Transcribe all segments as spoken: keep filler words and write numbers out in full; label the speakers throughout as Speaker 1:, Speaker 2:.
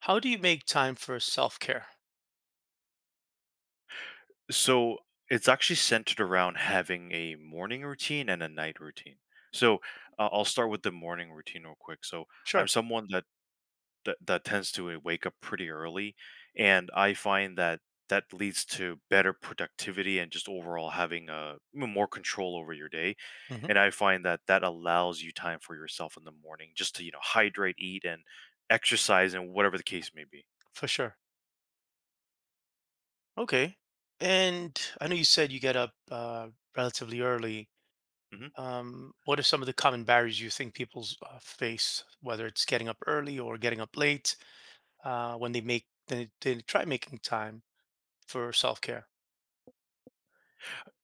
Speaker 1: How do you make time for self care?
Speaker 2: So it's actually centered around having a morning routine and a night routine. So uh, I'll start with the morning routine real quick. So I'm
Speaker 1: Sure.
Speaker 2: someone that, that that tends to uh, wake up pretty early, and I find that that leads to better productivity and just overall having a more control over your day.
Speaker 1: hmm
Speaker 2: And I find that that allows you time for yourself in the morning, just to you know hydrate, eat, and exercise, and whatever the case may be.
Speaker 1: For sure. Okay. And I know you said you get up uh, relatively early.
Speaker 2: Mhm.
Speaker 1: Um, what are some of the common barriers you think people uh, face, whether it's getting up early or getting up late, uh, when they make they, they try making time for self care?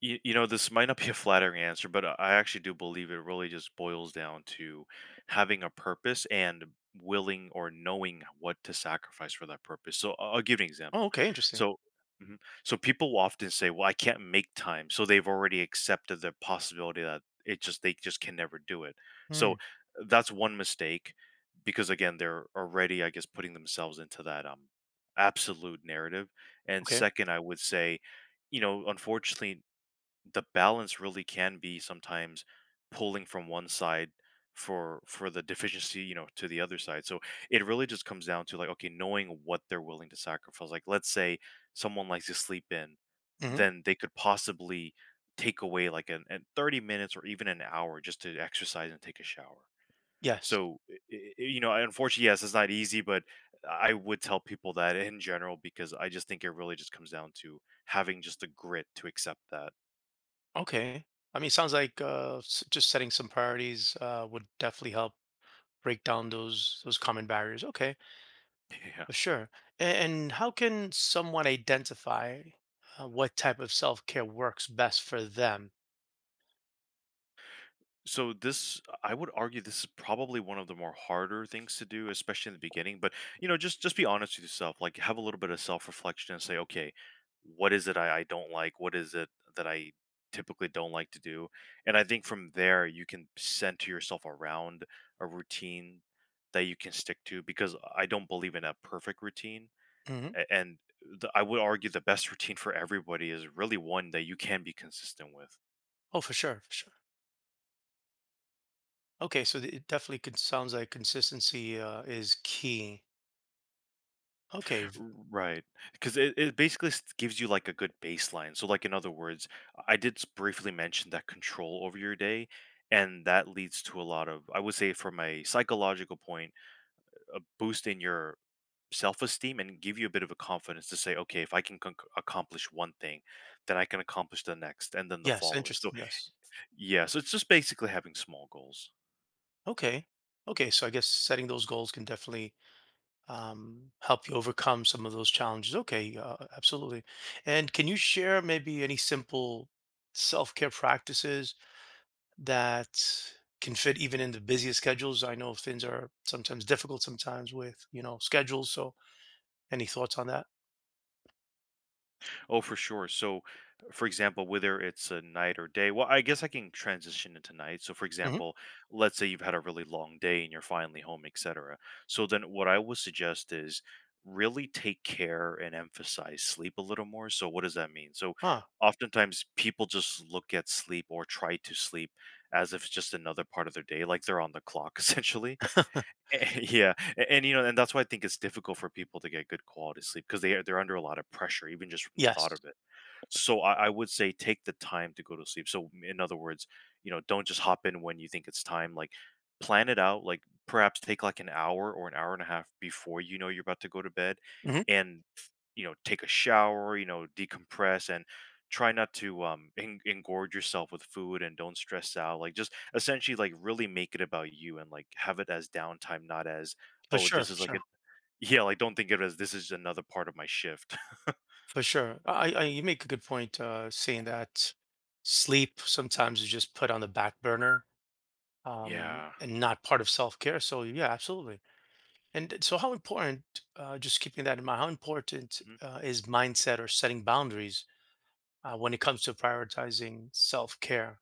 Speaker 2: You, you know, this might not be a flattering answer, but I I actually do believe it really just boils down to having a purpose and willing or knowing what to sacrifice for that purpose. So I'll I'll give you an
Speaker 1: Oh,
Speaker 2: example.
Speaker 1: okay, interesting.
Speaker 2: So, Mhm. So people will often say, "Well, I can't make time," so they've already accepted the possibility that it just they just can never do it. So
Speaker 1: Mm,
Speaker 2: that's one mistake because again, they're already, I guess, putting themselves into that um absolute narrative. And
Speaker 1: okay.
Speaker 2: second, I would say, you know, unfortunately, the balance really can be sometimes pulling from one side for for the deficiency, you know, to the other side. So it really just comes down to like, okay, knowing what they're willing to sacrifice. Like, let's say someone likes to sleep in,
Speaker 1: hmm
Speaker 2: then they could possibly take away like an, an 30 minutes or even an hour just to exercise and take a shower.
Speaker 1: Yes.
Speaker 2: So i- i- you know, unfortunately, yes, it's not easy, but I would tell people that in general because I just think it really just comes down to having just the grit to accept that.
Speaker 1: Okay. I mean, it sounds like uh, s- just setting some priorities uh, would definitely help break down those those common barriers. Okay.
Speaker 2: Yeah.
Speaker 1: Sure. A- And how can someone identify uh, what type of self care works best for them?
Speaker 2: So this, I would argue, this is probably one of the more harder things to do, especially in the beginning. But, you know, just just be honest with yourself. Like, have a little bit of self reflection and say, okay, what is it I, I don't like? What is it that I typically don't like to do? And I think from there, you can center yourself around a routine that you can stick to, because I don't believe in a perfect routine,
Speaker 1: hmm
Speaker 2: A- and the, I would argue the best routine for everybody is really one that you can be consistent with.
Speaker 1: Oh, for sure, for sure. Okay, so th- it definitely could, sounds like consistency uh, is key. Okay. v-
Speaker 2: Right, because it, it basically s- gives you like a good baseline. So, like, in other words, I did s- briefly mention that control over your day, and that leads to a lot of, I would say, from a psychological point, a boost in your self-esteem and give you a bit of a confidence to say, okay, if I can conc- accomplish one thing, then I can accomplish the next and then the
Speaker 1: Yes.
Speaker 2: following. So,
Speaker 1: Interesting. Yes.
Speaker 2: yeah, so it's just basically having small goals.
Speaker 1: Okay. Okay. So I guess setting those goals can definitely um, help you overcome some of those challenges. Okay, uh, absolutely. And can you share maybe any simple self care practices that can fit even in the busiest schedules? I know things are sometimes difficult sometimes with you know schedules. So any thoughts on that?
Speaker 2: Oh, for sure. So, for example, whether it's a night or day, well, I guess I can transition into night. So, for
Speaker 1: hmm
Speaker 2: example, let's say you've had a really long day and you're finally home, et cetera. So then what I would suggest is really take care and emphasize sleep a little more. So, what does that mean? So,
Speaker 1: Ah,
Speaker 2: oftentimes people just look at sleep or try to sleep as if it's just another part of their day, like they're on the clock essentially. Yeah, a- and, you know, and that's why I think it's difficult for people to get good quality sleep because they are- they're under a lot of pressure, even just from the thought
Speaker 1: yes.
Speaker 2: of it. So I, I would say take the time to go to sleep. So, in other words, you know, don't just hop in when you think it's time. Like, plan it out. Like, perhaps take like an hour or an hour and a half before you know you're about to go to bed,
Speaker 1: hmm
Speaker 2: and, you know, take a shower. You know, decompress and try not to um en- engorge yourself with food and don't stress out. Like, just essentially like really make it about you and like have it as downtime, not as,
Speaker 1: For
Speaker 2: oh,
Speaker 1: sure.
Speaker 2: this
Speaker 1: For
Speaker 2: is like a
Speaker 1: sure.
Speaker 2: yeah, like, don't think of it as this is another part of my shift.
Speaker 1: For sure. I, I you make a good point uh saying that sleep sometimes is just put on the back burner um
Speaker 2: Yeah.
Speaker 1: and not part of self-care. So yeah, absolutely. And so how important uh just keeping that in mind, how important uh, is mindset or setting boundaries uh, when it comes to prioritizing self-care?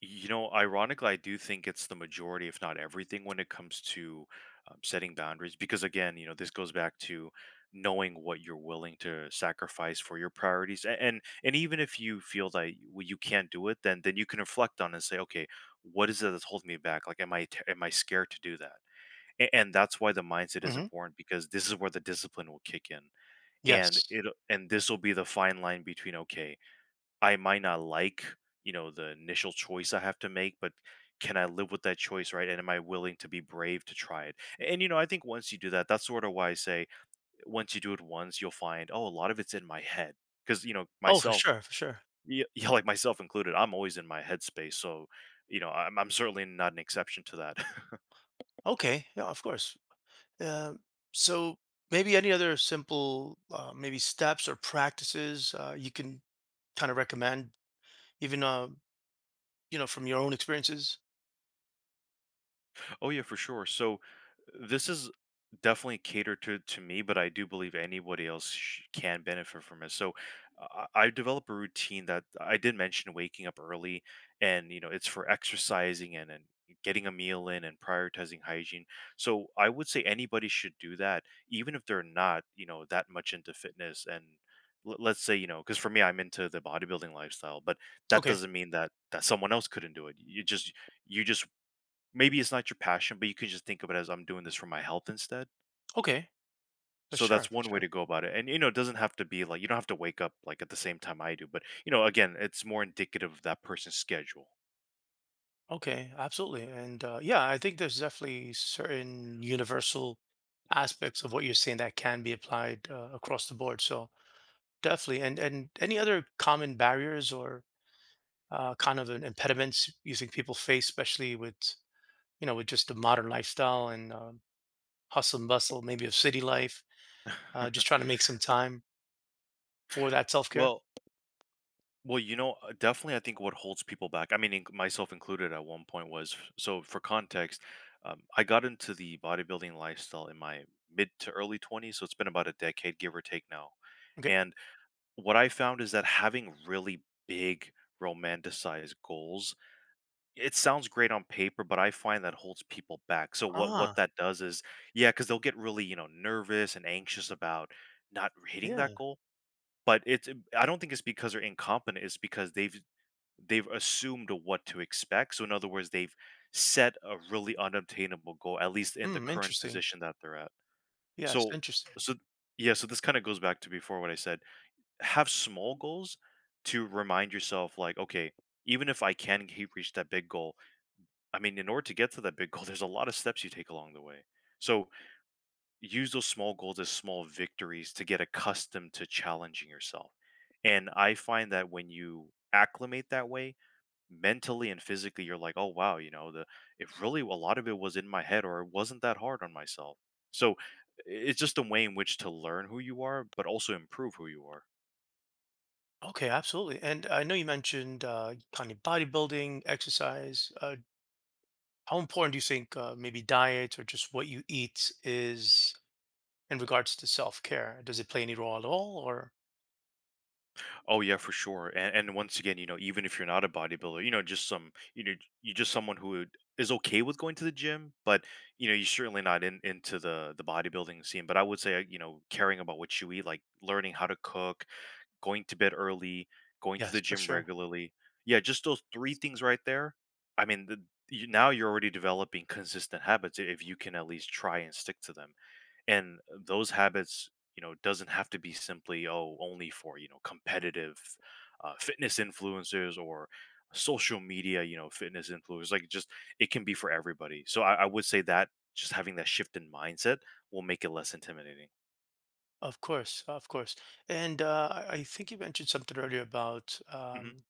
Speaker 2: You know, ironically, I do think it's the majority, if not everything, when it comes to um, setting boundaries. Because again, you know, this goes back to knowing what you're willing to sacrifice for your priorities, and and, and even if you feel that y- well, you can't do it, then then you can reflect on it and say, okay, what is it that's holding me back? Like, am I t- am I scared to do that? And, and that's why the mindset is
Speaker 1: hmm
Speaker 2: important, because this is where the discipline will kick in, and
Speaker 1: Yes.
Speaker 2: it and this will be the fine line between, okay, I might not like, you know, the initial choice I have to make, but can I live with that choice, right? And am I willing to be brave to try it? And, you know, I think once you do that, that's sort of why I say once you do it once, you'll find, oh, a lot of it's in my head. Cause, you know,
Speaker 1: Oh, for
Speaker 2: myself,
Speaker 1: sure, for sure.
Speaker 2: yeah, yeah, like, myself included, I'm always in my headspace. So, you know, I'm, I'm certainly not an exception to that.
Speaker 1: Okay. Yeah, of course. Um so maybe any other simple uh, maybe steps or practices uh, you can kind of recommend even uh, you know, from your own experiences?
Speaker 2: Oh yeah, for sure. So this is definitely catered to to me, but I do believe anybody else sh- can benefit from it. So I I develop a routine that I did mention, waking up early, and, you know, it's for exercising and and getting a meal in and prioritizing hygiene. So I would say anybody should do that, even if they're not, you know, that much into fitness and. l- Let's say, you know, because for me, I'm into the bodybuilding lifestyle, but that
Speaker 1: Okay.
Speaker 2: doesn't mean that that someone else couldn't do it. You just you just maybe it's not your passion, but you can just think of it as, I'm doing this for my health instead.
Speaker 1: Okay. For
Speaker 2: So that's
Speaker 1: sure, for
Speaker 2: one way
Speaker 1: sure.
Speaker 2: to go about it. And, you know, it doesn't have to be like you don't have to wake up like at the same time I do, but, you know, again, it's more indicative of that person's schedule.
Speaker 1: Okay, absolutely. And, uh, yeah, I think there's definitely certain universal aspects of what you're saying that can be applied, uh, across the board, so definitely. And and any other common barriers or, uh, kind of an impediments you think people face, especially with, you know, with just the modern lifestyle and, um, hustle and bustle maybe of city life, uh, just trying to make some time? For that self-care?
Speaker 2: Well, well, you know, uh, definitely, I think what holds people back, I mean, inc- myself included at one point, was f- so for context, um, I got into the bodybuilding lifestyle in my mid to early twenties. So it's been about a decade, give or take now.
Speaker 1: Okay.
Speaker 2: And what I found is that having really big romanticized goals, it sounds great on paper, but I find that holds people back. So what what
Speaker 1: Ah,
Speaker 2: that does is, yeah, because they'll get really, you know, nervous and anxious about not hitting that
Speaker 1: yeah.
Speaker 2: goal. But it's um, I don't think it's because they're incompetent. It's because they've they've assumed what to expect. So, in other words, they've set a really unobtainable goal, at least in the
Speaker 1: Hmm.
Speaker 2: current
Speaker 1: Interesting.
Speaker 2: position that they're at.
Speaker 1: Yes,
Speaker 2: So,
Speaker 1: interesting.
Speaker 2: so yeah, so this kind of goes back to before what I said. Have small goals to remind yourself like, okay, even if I can keep reach that big goal, I mean, in order to get to that big goal there's a lot of steps you take along the way. So use those small goals as small victories to get accustomed to challenging yourself, and I find that when you acclimate that way mentally and physically, you're like, oh wow, you know, the, it really, a lot of it was in my head, or it wasn't that hard on myself. So it's just a way in which to learn who you are but also improve who you are.
Speaker 1: Okay, absolutely, and I know you mentioned, uh, kind of bodybuilding, exercise, uh, how important do you think, uh, maybe diet or just what you eat is in regards to self-care? Does it play any role at all or
Speaker 2: Oh yeah, for sure. And and once again, you know, even if you're not a bodybuilder, you know, just some, you know, you're just someone who is okay with going to the gym, but, you know, you're certainly not in into the the bodybuilding scene. But I would say, uh, you know, caring about what you eat, like learning how to cook, going to bed early, going to
Speaker 1: Yes,
Speaker 2: the
Speaker 1: for
Speaker 2: gym
Speaker 1: sure.
Speaker 2: regularly. Yeah, just those three things right there. I mean, the, you, now you're already developing consistent habits i- if you can at least try and stick to them, and those habits, you know, doesn't have to be simply, oh, only for, you know, competitive uh, fitness influencers or social media, you know, fitness influencers, like, just it can be for everybody, so i, I would say that just having that shift in mindset will make it less intimidating.
Speaker 1: Of course, of course. And uh, I I think you mentioned something earlier about,
Speaker 2: Mhm.
Speaker 1: um,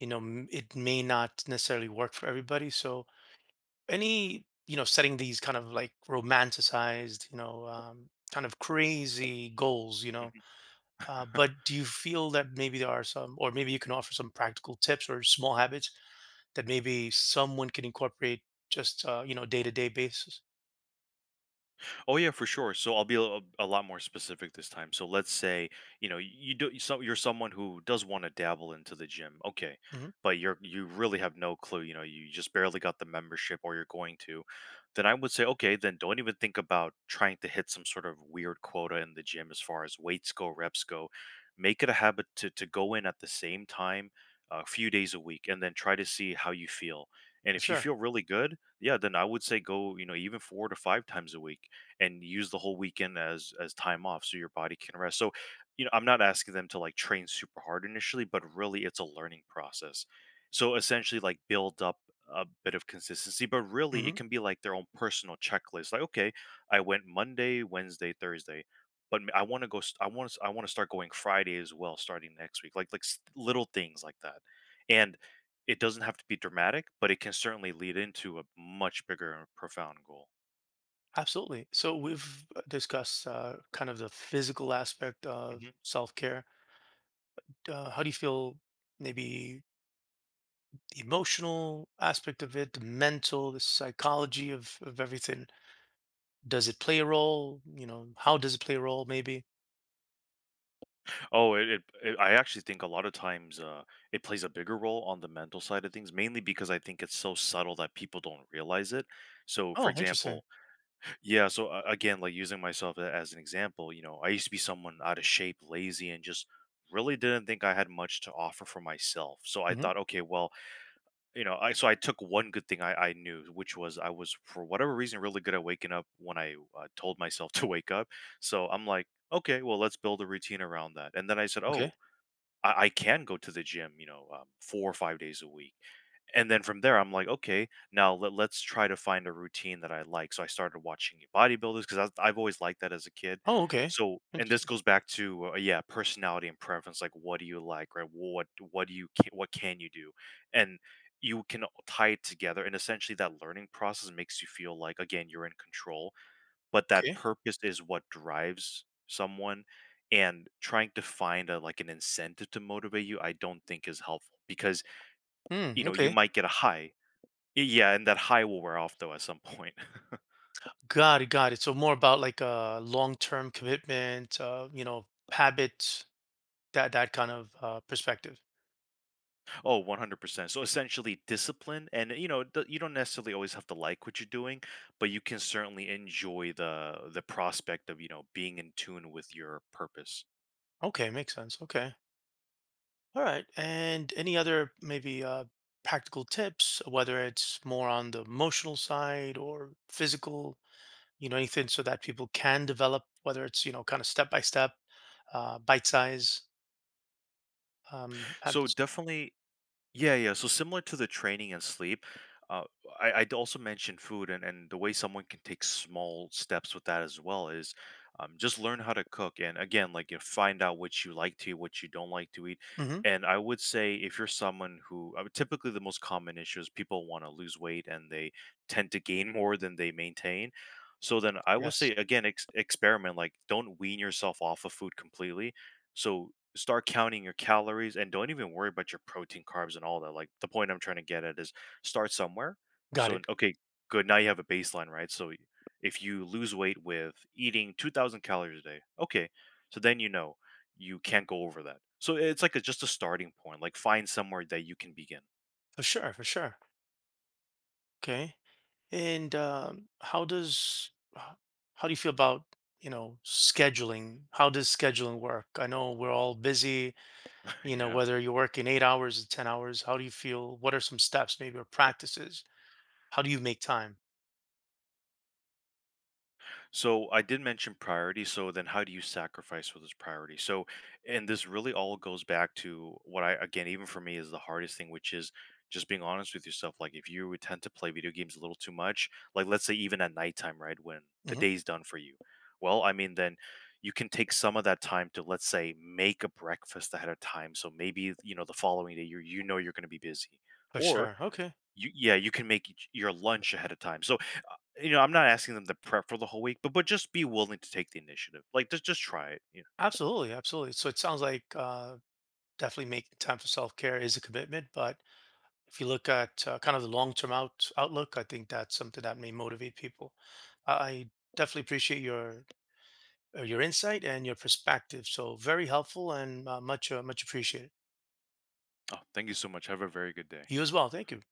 Speaker 1: you know, m- it may not necessarily work for everybody. So any, you know, setting these kind of like romanticized, you know, um, kind of crazy goals, you know, uh, but do you feel that maybe there are some, or maybe you can offer some practical tips or small habits that maybe someone can incorporate just, uh, you know, day-to-day basis?
Speaker 2: Oh yeah, for sure. So I'll be a, a lot more specific this time. So let's say, you know, you do so you're someone who does want to dabble into the gym, okay,
Speaker 1: hmm
Speaker 2: but you're you really have no clue. You know, you just barely got the membership, or you're going to. Then I would say, okay, then don't even think about trying to hit some sort of weird quota in the gym as far as weights go, reps go. Make it a habit to to go in at the same time a few days a week, and then try to see how you feel. And if you
Speaker 1: Sure.
Speaker 2: feel really good, yeah, then I would say go, you know, even four to five times a week and use the whole weekend as as time off so your body can rest. So, you know, I'm not asking them to like train super hard initially, but really it's a learning process. So essentially like build up a bit of consistency, but really it can be like their own personal checklist. Like, okay, I went Monday, Wednesday, Thursday, but m- I want to go st- I want to I want to start going Friday as well starting next week. Like like s- little things like that. And it doesn't have to be dramatic, but it can certainly lead into a much bigger and profound goal.
Speaker 1: Absolutely. So we've uh, discussed uh, kind of the physical aspect of self-care. Uh, how do you feel maybe the emotional aspect of it, the mental, the psychology of, of everything? Does it play a role? You know, how does it play a role maybe?
Speaker 2: Oh, it, it, it I actually think a lot of times uh, it plays a bigger role on the mental side of things, mainly because I think it's so subtle that people don't realize it. So, for
Speaker 1: Oh, interesting.
Speaker 2: example, yeah. So uh, again, like using myself a- as an example, you know, I used to be someone out of shape, lazy, and just really didn't think I had much to offer for myself. So I
Speaker 1: hmm
Speaker 2: thought, okay, well, you know, I so I took one good thing I, I knew, which was I was for whatever reason really good at waking up when I uh, told myself to wake up. So I'm like, okay, well, let's build a routine around that. And then I said,
Speaker 1: Okay.
Speaker 2: oh, I, I can go to the gym, you know, um, four or five days a week. And then from there, I'm like, okay, now let, let's try to find a routine that I like. So I started watching bodybuilders because I've always liked that as a kid.
Speaker 1: Oh, okay.
Speaker 2: So, and this
Speaker 1: Interesting.
Speaker 2: goes back to uh, yeah, personality and preference. Like, what do you like, right? What what do you ca- what can you do? And you can tie it together, and essentially that learning process makes you feel like again you're in control, but that
Speaker 1: Okay.
Speaker 2: purpose is what drives someone, and trying to find a like, an incentive to motivate you, I don't think is helpful because, you
Speaker 1: Mm,
Speaker 2: know, you
Speaker 1: okay.
Speaker 2: might get a high. Y Yeah, and that high will wear off though at some point.
Speaker 1: Got it. Got it. So more about like a long-term commitment, uh, you know, habits, that that kind of uh, perspective.
Speaker 2: one hundred percent. So, essentially discipline and, you know, the you don't necessarily always have to like what you're doing, but you can certainly enjoy the the prospect of, you know, being in tune with your purpose.
Speaker 1: Okay, makes sense. Okay. All right. And any other maybe uh, practical tips, whether it's more on the emotional side or physical, you know, anything so that people can develop, whether it's, you know, kind of step by step, uh, bite size um,
Speaker 2: So,
Speaker 1: habits.
Speaker 2: definitely. Yeah, yeah. So similar to the training and sleep, uh, I, I'd also mentioned food, and and the way someone can take small steps with that as well is um, just learn how to cook. And again, like you know, find out what you like to eat, what you don't like to eat.
Speaker 1: hmm
Speaker 2: And I would say if you're someone who, I mean, typically the most common issue is people want to lose weight and they tend to gain more than they maintain. So then I would
Speaker 1: Yes.
Speaker 2: say again, ex- experiment. Like don't wean yourself off of food completely. So start counting your calories and don't even worry about your protein, carbs, and all that. Like the point I'm trying to get at is start somewhere.
Speaker 1: Got
Speaker 2: So
Speaker 1: it.
Speaker 2: okay, good. Now you have a baseline, right? So y- if you lose weight with eating two thousand calories a day, okay, so then you know you can't go over that. So it's like a, just a starting point. Like find somewhere that you can begin.
Speaker 1: For sure. For sure. Okay. And um, how does, h- how do you feel about, you know, scheduling? How does scheduling work? I know we're all busy. You know,
Speaker 2: Yeah.
Speaker 1: whether you're working eight hours or ten hours, how do you feel? What are some steps maybe or practices? How do you make time?
Speaker 2: So I did mention priority. So then how do you sacrifice for this priority? So and this really all goes back to what I, again, even for me, is the hardest thing, which is just being honest with yourself. Like if you would tend to play video games a little too much, like let's say even at nighttime, right? When the
Speaker 1: hmm
Speaker 2: day's done for you. Well, I mean then you can take some of that time to, let's say, make a breakfast ahead of time. So maybe, you know, the following day you you know you're gonna be busy.
Speaker 1: for
Speaker 2: Or
Speaker 1: sure, okay.
Speaker 2: you yeah, you can make y- your lunch ahead of time. So you know, I'm not asking them to prep for the whole week, but but just be willing to take the initiative. Like, just just try it, you
Speaker 1: Absolutely, absolutely. So it sounds like uh definitely making time for self-care is a commitment, but if you look at uh, kind of the long-term out outlook, I think that's something that may motivate people. i I definitely appreciate your uh, your insight and your perspective, so very helpful and uh, much uh, much appreciated.
Speaker 2: know? Oh, thank you so much. Have a very good day.
Speaker 1: You as well, thank you. Take